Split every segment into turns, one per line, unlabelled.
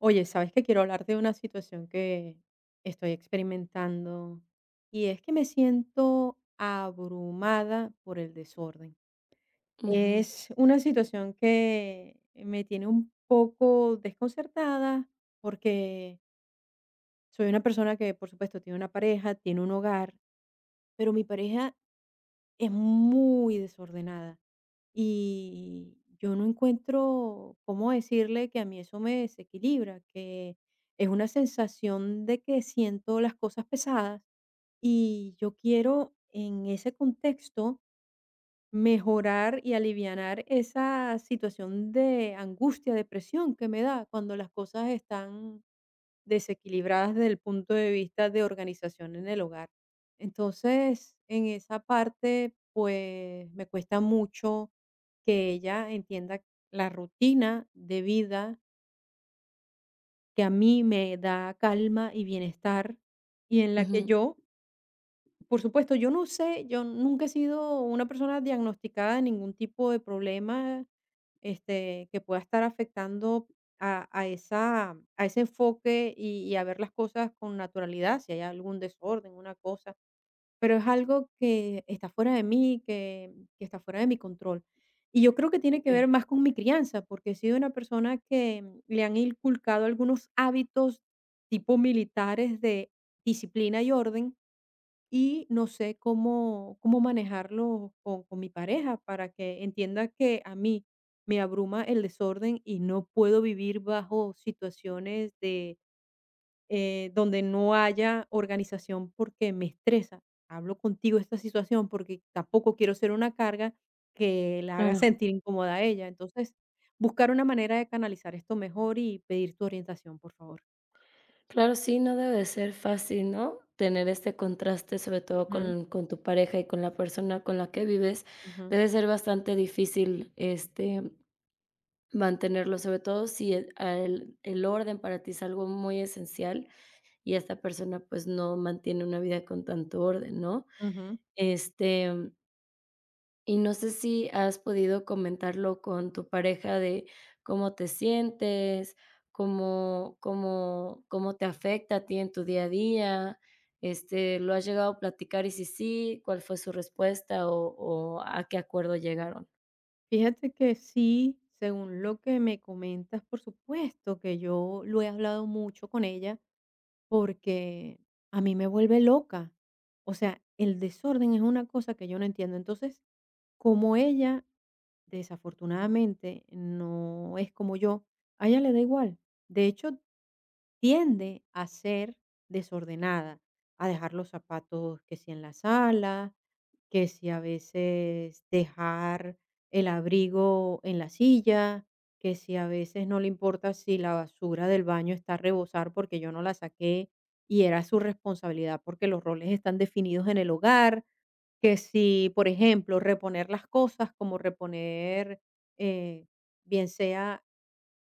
Oye, sabes que quiero hablar de una situación que estoy experimentando y es que me siento abrumada por el desorden.
Ujú,
Es una situación que me tiene un poco desconcertada porque soy una persona que, por supuesto, tiene una pareja, tiene un hogar, pero mi pareja es muy desordenada y yo no encuentro cómo decirle que a mí eso me desequilibra, que es una sensación de que siento las cosas pesadas y yo quiero en ese contexto mejorar y alivianar esa situación de angustia, depresión que me da cuando las cosas están desequilibradas desde el punto de vista de organización en el hogar. Entonces, en esa parte, pues me cuesta mucho que ella entienda la rutina de vida que a mí me da calma y bienestar y en la que
ujú,
yo por supuesto, yo no sé, yo nunca he sido una persona diagnosticada de ningún tipo de problema, que pueda estar afectando a ese enfoque y a ver las cosas con naturalidad, si hay algún desorden, una cosa, pero es algo que está fuera de mí, que está fuera de mi control. Y yo creo que tiene que ver
okey,
más con mi crianza, porque he sido una persona que le han inculcado algunos hábitos tipo militares de disciplina y orden y no sé cómo manejarlo con mi pareja para que entienda que a mí me abruma el desorden y no puedo vivir bajo situaciones de donde no haya organización porque me estresa. Hablo contigo de esta situación porque tampoco quiero ser una carga que la haga
claro.
sentir incómoda a ella. Entonces, buscar una manera de canalizar esto mejor y pedir tu orientación, por favor.
Claro, sí, no debe de ser fácil, ¿no? Tener este contraste, sobre todo
Ujú,
con tu pareja y con la persona con la que vives,
ujú,
debe ser bastante difícil, mantenerlo, sobre todo si el a el el orden para ti es algo muy esencial y esta persona, pues, no mantiene una vida con tanto orden, ¿no?
ujú.
Este Y no sé si has podido comentarlo con tu pareja de cómo te sientes, cómo te afecta a ti en tu día a día, ¿lo has llegado a platicar? Y si sí, ¿cuál fue su respuesta o a qué acuerdo llegaron?
Fíjate que sí, según lo que me comentas, por supuesto que yo lo he hablado mucho con ella porque a mí me vuelve loca. O sea, el desorden es una cosa que yo no entiendo. Entonces, como ella, desafortunadamente, no es como yo, a ella le da igual. De hecho, tiende a ser desordenada, a dejar los zapatos que si en la sala, que si a veces dejar el abrigo en la silla, que si a veces no le importa si la basura del baño está a rebosar porque yo no la saqué y era su responsabilidad porque los roles están definidos en el hogar, que si, por ejemplo, reponer las cosas, como reponer, eh, bien sea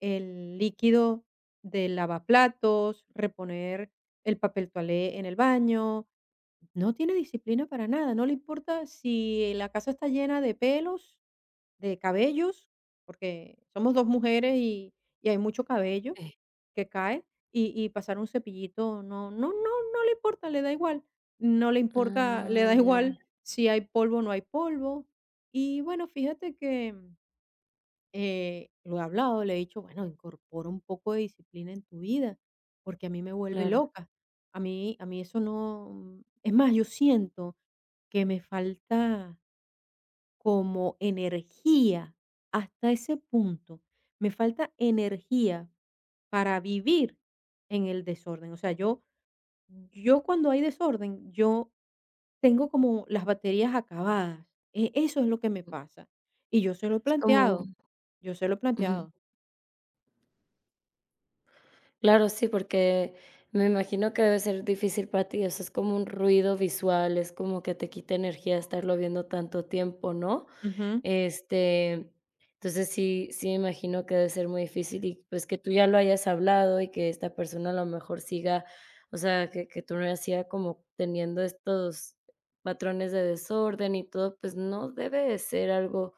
el líquido del lavaplatos, reponer el papel toalé en el baño, no tiene disciplina para nada, no le importa si la casa está llena de pelos, de cabellos, porque somos 2 mujeres y hay mucho cabello
Sí.
que cae, y pasar un cepillito no no le importa, le da igual. No le importa, le
Ah,
da
ya,
igual si hay polvo o no hay polvo. Y bueno, fíjate que lo he hablado, le he dicho, bueno, incorpora un poco de disciplina en tu vida, porque a mí me vuelve
claro.
loca. A mí eso no... Es más, yo siento que me falta como energía hasta ese punto. Me falta energía para vivir en el desorden. O sea, yo cuando hay desorden, yo tengo como las baterías acabadas. Eso es lo que me pasa. Y yo se lo he
Es como
planteado. Yo se lo he
ujú.
planteado.
Claro, sí, porque me imagino que debe ser difícil para ti, o sea, es como un ruido visual, es como que te quita energía estarlo viendo tanto tiempo, ¿no?
Ujú.
Este, entonces sí, sí me imagino que debe ser muy difícil y pues que tú ya lo hayas hablado y que esta persona a lo mejor siga, o sea, que tú no siga como teniendo estos patrones de desorden y todo, pues no debe de ser algo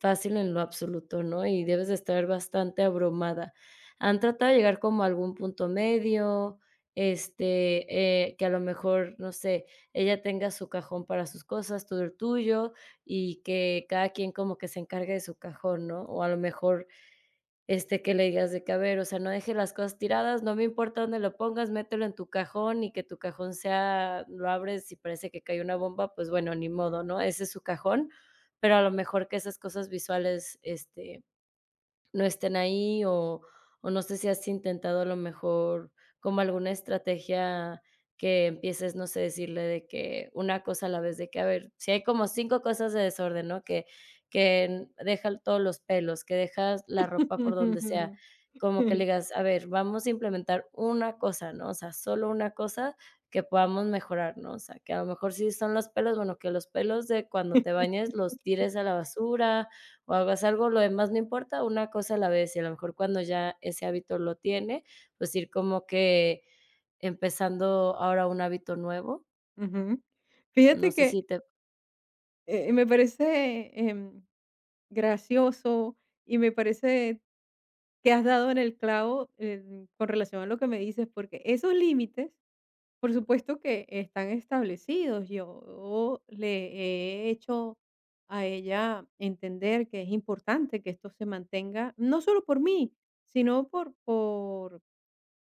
fácil en lo absoluto, ¿no? Y debes de estar bastante abrumada. Han tratado de llegar como a algún punto medio, que a lo mejor, no sé, ella tenga su cajón para sus cosas, tú el tuyo, y que cada quien como que se encargue de su cajón, ¿no? O a lo mejor, que le digas de que, a ver, o sea, no deje las cosas tiradas, no me importa dónde lo pongas, mételo en tu cajón y que tu cajón sea, lo abres y parece que cae una bomba, pues bueno, ni modo, ¿no? Ese es su cajón, pero a lo mejor que esas cosas visuales, no estén ahí, o no sé si has intentado a lo mejor como alguna estrategia que empieces, no sé, decirle de que una cosa a la vez, de que, a ver, si hay como 5 cosas de desorden, ¿no? Deja todos los pelos, que dejas la ropa por donde sea, como que le digas: "A ver, vamos a implementar una cosa, ¿no? O sea, solo una cosa que podamos mejorar", ¿no? O sea, que a lo mejor si son los pelos, bueno, que los pelos de cuando te bañes los tires a la basura, o hagas algo, lo demás no importa, una cosa a la vez, y a lo mejor cuando ya ese hábito lo tiene, pues ir como que empezando ahora un hábito nuevo.
Ujú.
No
Fíjate
sé
que,
si te
me parece, gracioso y me parece que has dado en el clavo, con relación a lo que me dices, porque esos límites, por supuesto que están establecidos. Yo le he hecho a ella entender que es importante que esto se mantenga, no solo por mí, sino por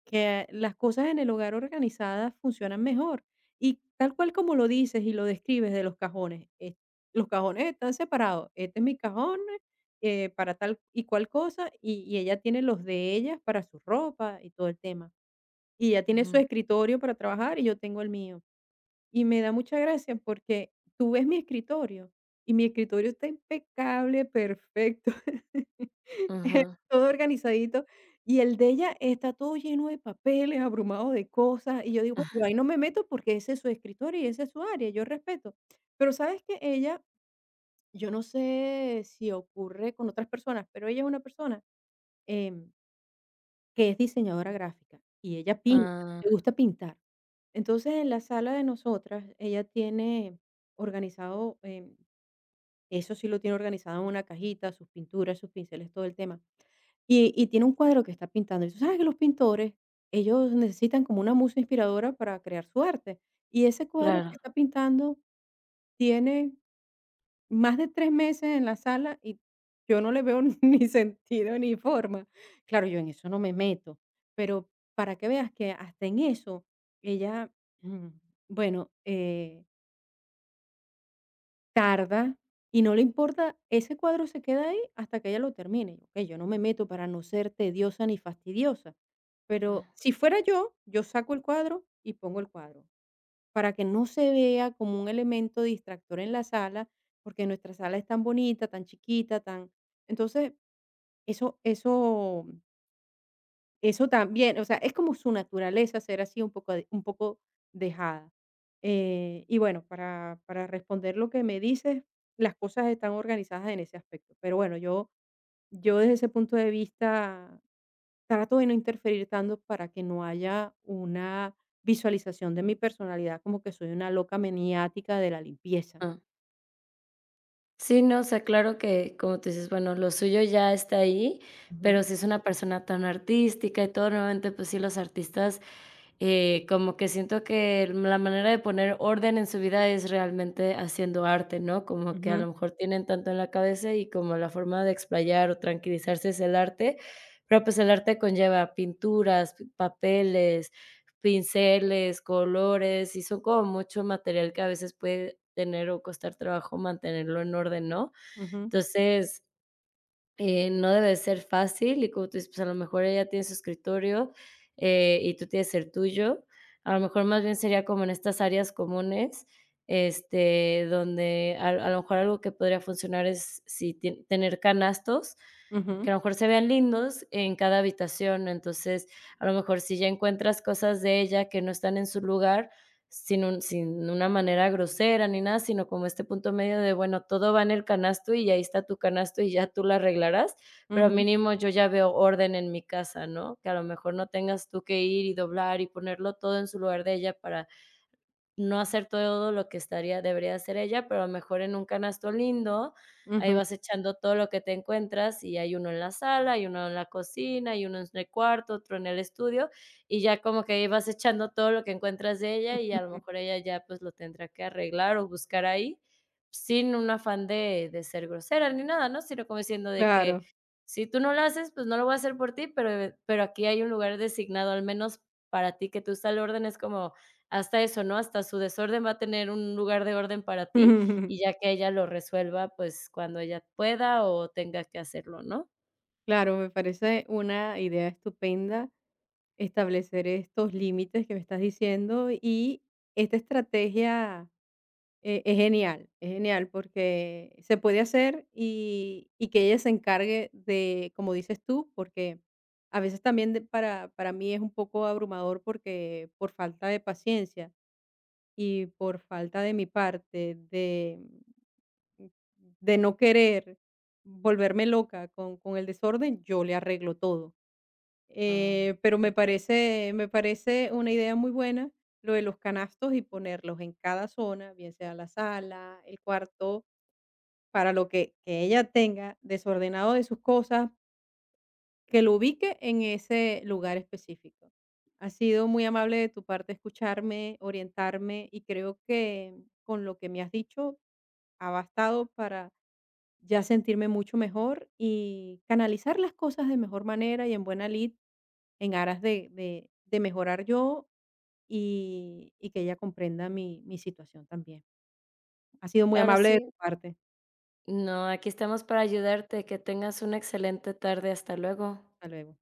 que las cosas en el hogar organizadas funcionan mejor. Y tal cual como lo dices y lo describes de los cajones están separados. Este es mi cajón para tal y cual cosa y ella tiene los de ellas para su ropa y todo el tema. Y ella tiene su
ujú,
escritorio para trabajar y yo tengo el mío. Y me da mucha gracia porque tú ves mi escritorio y mi escritorio está impecable, perfecto.
ujú.
Todo organizadito. Y el de ella está todo lleno de papeles, abrumado de cosas. Y yo digo, bueno, yo ahí no me meto porque ese es su escritorio y esa es su área, yo respeto. Pero sabes que ella, yo no sé si ocurre con otras personas, pero ella es una persona em, que es diseñadora gráfica y ella pinta,
Ah,
le gusta pintar. Entonces, en la sala de nosotras, ella tiene organizado, eso sí lo tiene organizado en una cajita, sus pinturas, sus pinceles, todo el tema. Y tiene un cuadro que está pintando, y tú sabes que los pintores, ellos necesitan como una musa inspiradora para crear su arte, y ese cuadro
claro.
que está pintando tiene más de 3 meses en la sala y yo no le veo ni sentido ni forma. Claro, yo en eso no me meto, pero para que veas que hasta en eso ella, bueno, tarda y no le importa, ese cuadro se queda ahí hasta que ella lo termine. Okey, yo no me meto para no ser tediosa ni fastidiosa, pero
Ah,
si fuera yo, yo saco el cuadro y pongo el cuadro, para que no se vea como un elemento distractor en la sala, porque nuestra sala es tan bonita, tan chiquita, tan entonces, eso eso también, o sea, es como su naturaleza ser así un poco dejada. Y bueno, para responder lo que me dices, las cosas están organizadas en ese aspecto. Pero bueno, yo desde ese punto de vista trato de no interferir tanto para que no haya una visualización de mi personalidad como que soy una loca maniática de la limpieza.
ah. Sí, no, o sea, claro que, como tú dices, bueno, lo suyo ya está ahí,
Ujú.
pero si es una persona tan artística y todo, nuevamente, pues sí, los artistas, como que siento que la manera de poner orden en su vida es realmente haciendo arte, ¿no? Como que a lo
Ujú,
mejor tienen tanto en la cabeza y como la forma de explayar o tranquilizarse es el arte, pero pues el arte conlleva pinturas, papeles, pinceles, colores, y son como mucho material que a veces puede tener o costar trabajo mantenerlo en orden, ¿no?
ujú,
Entonces, no debe de ser fácil y como tú dices, pues, a lo mejor ella tiene su escritorio, y tú tienes el tuyo. A lo mejor más bien sería como en estas áreas comunes, donde a lo mejor algo que podría funcionar es si tien tener canastos que
ujú,
a lo mejor se vean lindos en cada habitación. Entonces, a lo mejor si ya encuentras cosas de ella que no están en su lugar, sin una manera grosera ni nada, sino como este punto medio de, bueno, todo va en el canasto y ahí está tu canasto y ya tú lo arreglarás, pero
ujú,
mínimo yo ya veo orden en mi casa, ¿no? Que a lo mejor no tengas tú que ir y doblar y ponerlo todo en su lugar de ella para no hacer todo lo que estaría debería hacer ella, pero a lo mejor en un canasto lindo, ahí
ujú.
vas echando todo lo que te encuentras, y hay uno en la sala, hay uno en la cocina, hay uno en el cuarto, otro en el estudio, y ya como que ahí vas echando todo lo que encuentras de ella, y a lo mejor ella ya, pues, lo tendrá que arreglar o buscar ahí, sin un afán de ser grosera ni nada, ¿no? Sino como diciendo de que:
Claro.
"Si tú no lo haces, pues, no lo voy a hacer por ti, pero aquí hay un lugar designado, al menos para ti, que tú estás al orden es como hasta eso, ¿no? Hasta su desorden va a tener un lugar de orden para ti, y ya que ella lo resuelva, pues, cuando ella pueda o tenga que hacerlo, ¿no?
Claro, me parece una idea estupenda establecer estos límites que me estás diciendo y esta estrategia es genial porque se puede hacer y que ella se encargue de, como dices tú, porque a veces también para mí es un poco abrumador porque por falta de paciencia y por falta de mi parte de no querer volverme loca con el desorden, yo le arreglo todo
Ah,
pero
sí.
me parece una idea muy buena lo de los canastos y ponerlos en cada zona, bien sea la sala, el cuarto, para lo que ella tenga desordenado de sus cosas, que lo ubique en ese lugar específico. Ha sido muy amable de tu parte escucharme, orientarme y creo que con lo que me has dicho ha bastado para ya sentirme mucho mejor y canalizar las cosas de mejor manera y en buena lid en aras de mejorar yo y que ella comprenda mi situación también. Ha sido muy
Claro,
amable de
sí.
tu parte.
No, aquí estamos para ayudarte. Que tengas una excelente tarde. Hasta luego.
Hasta luego.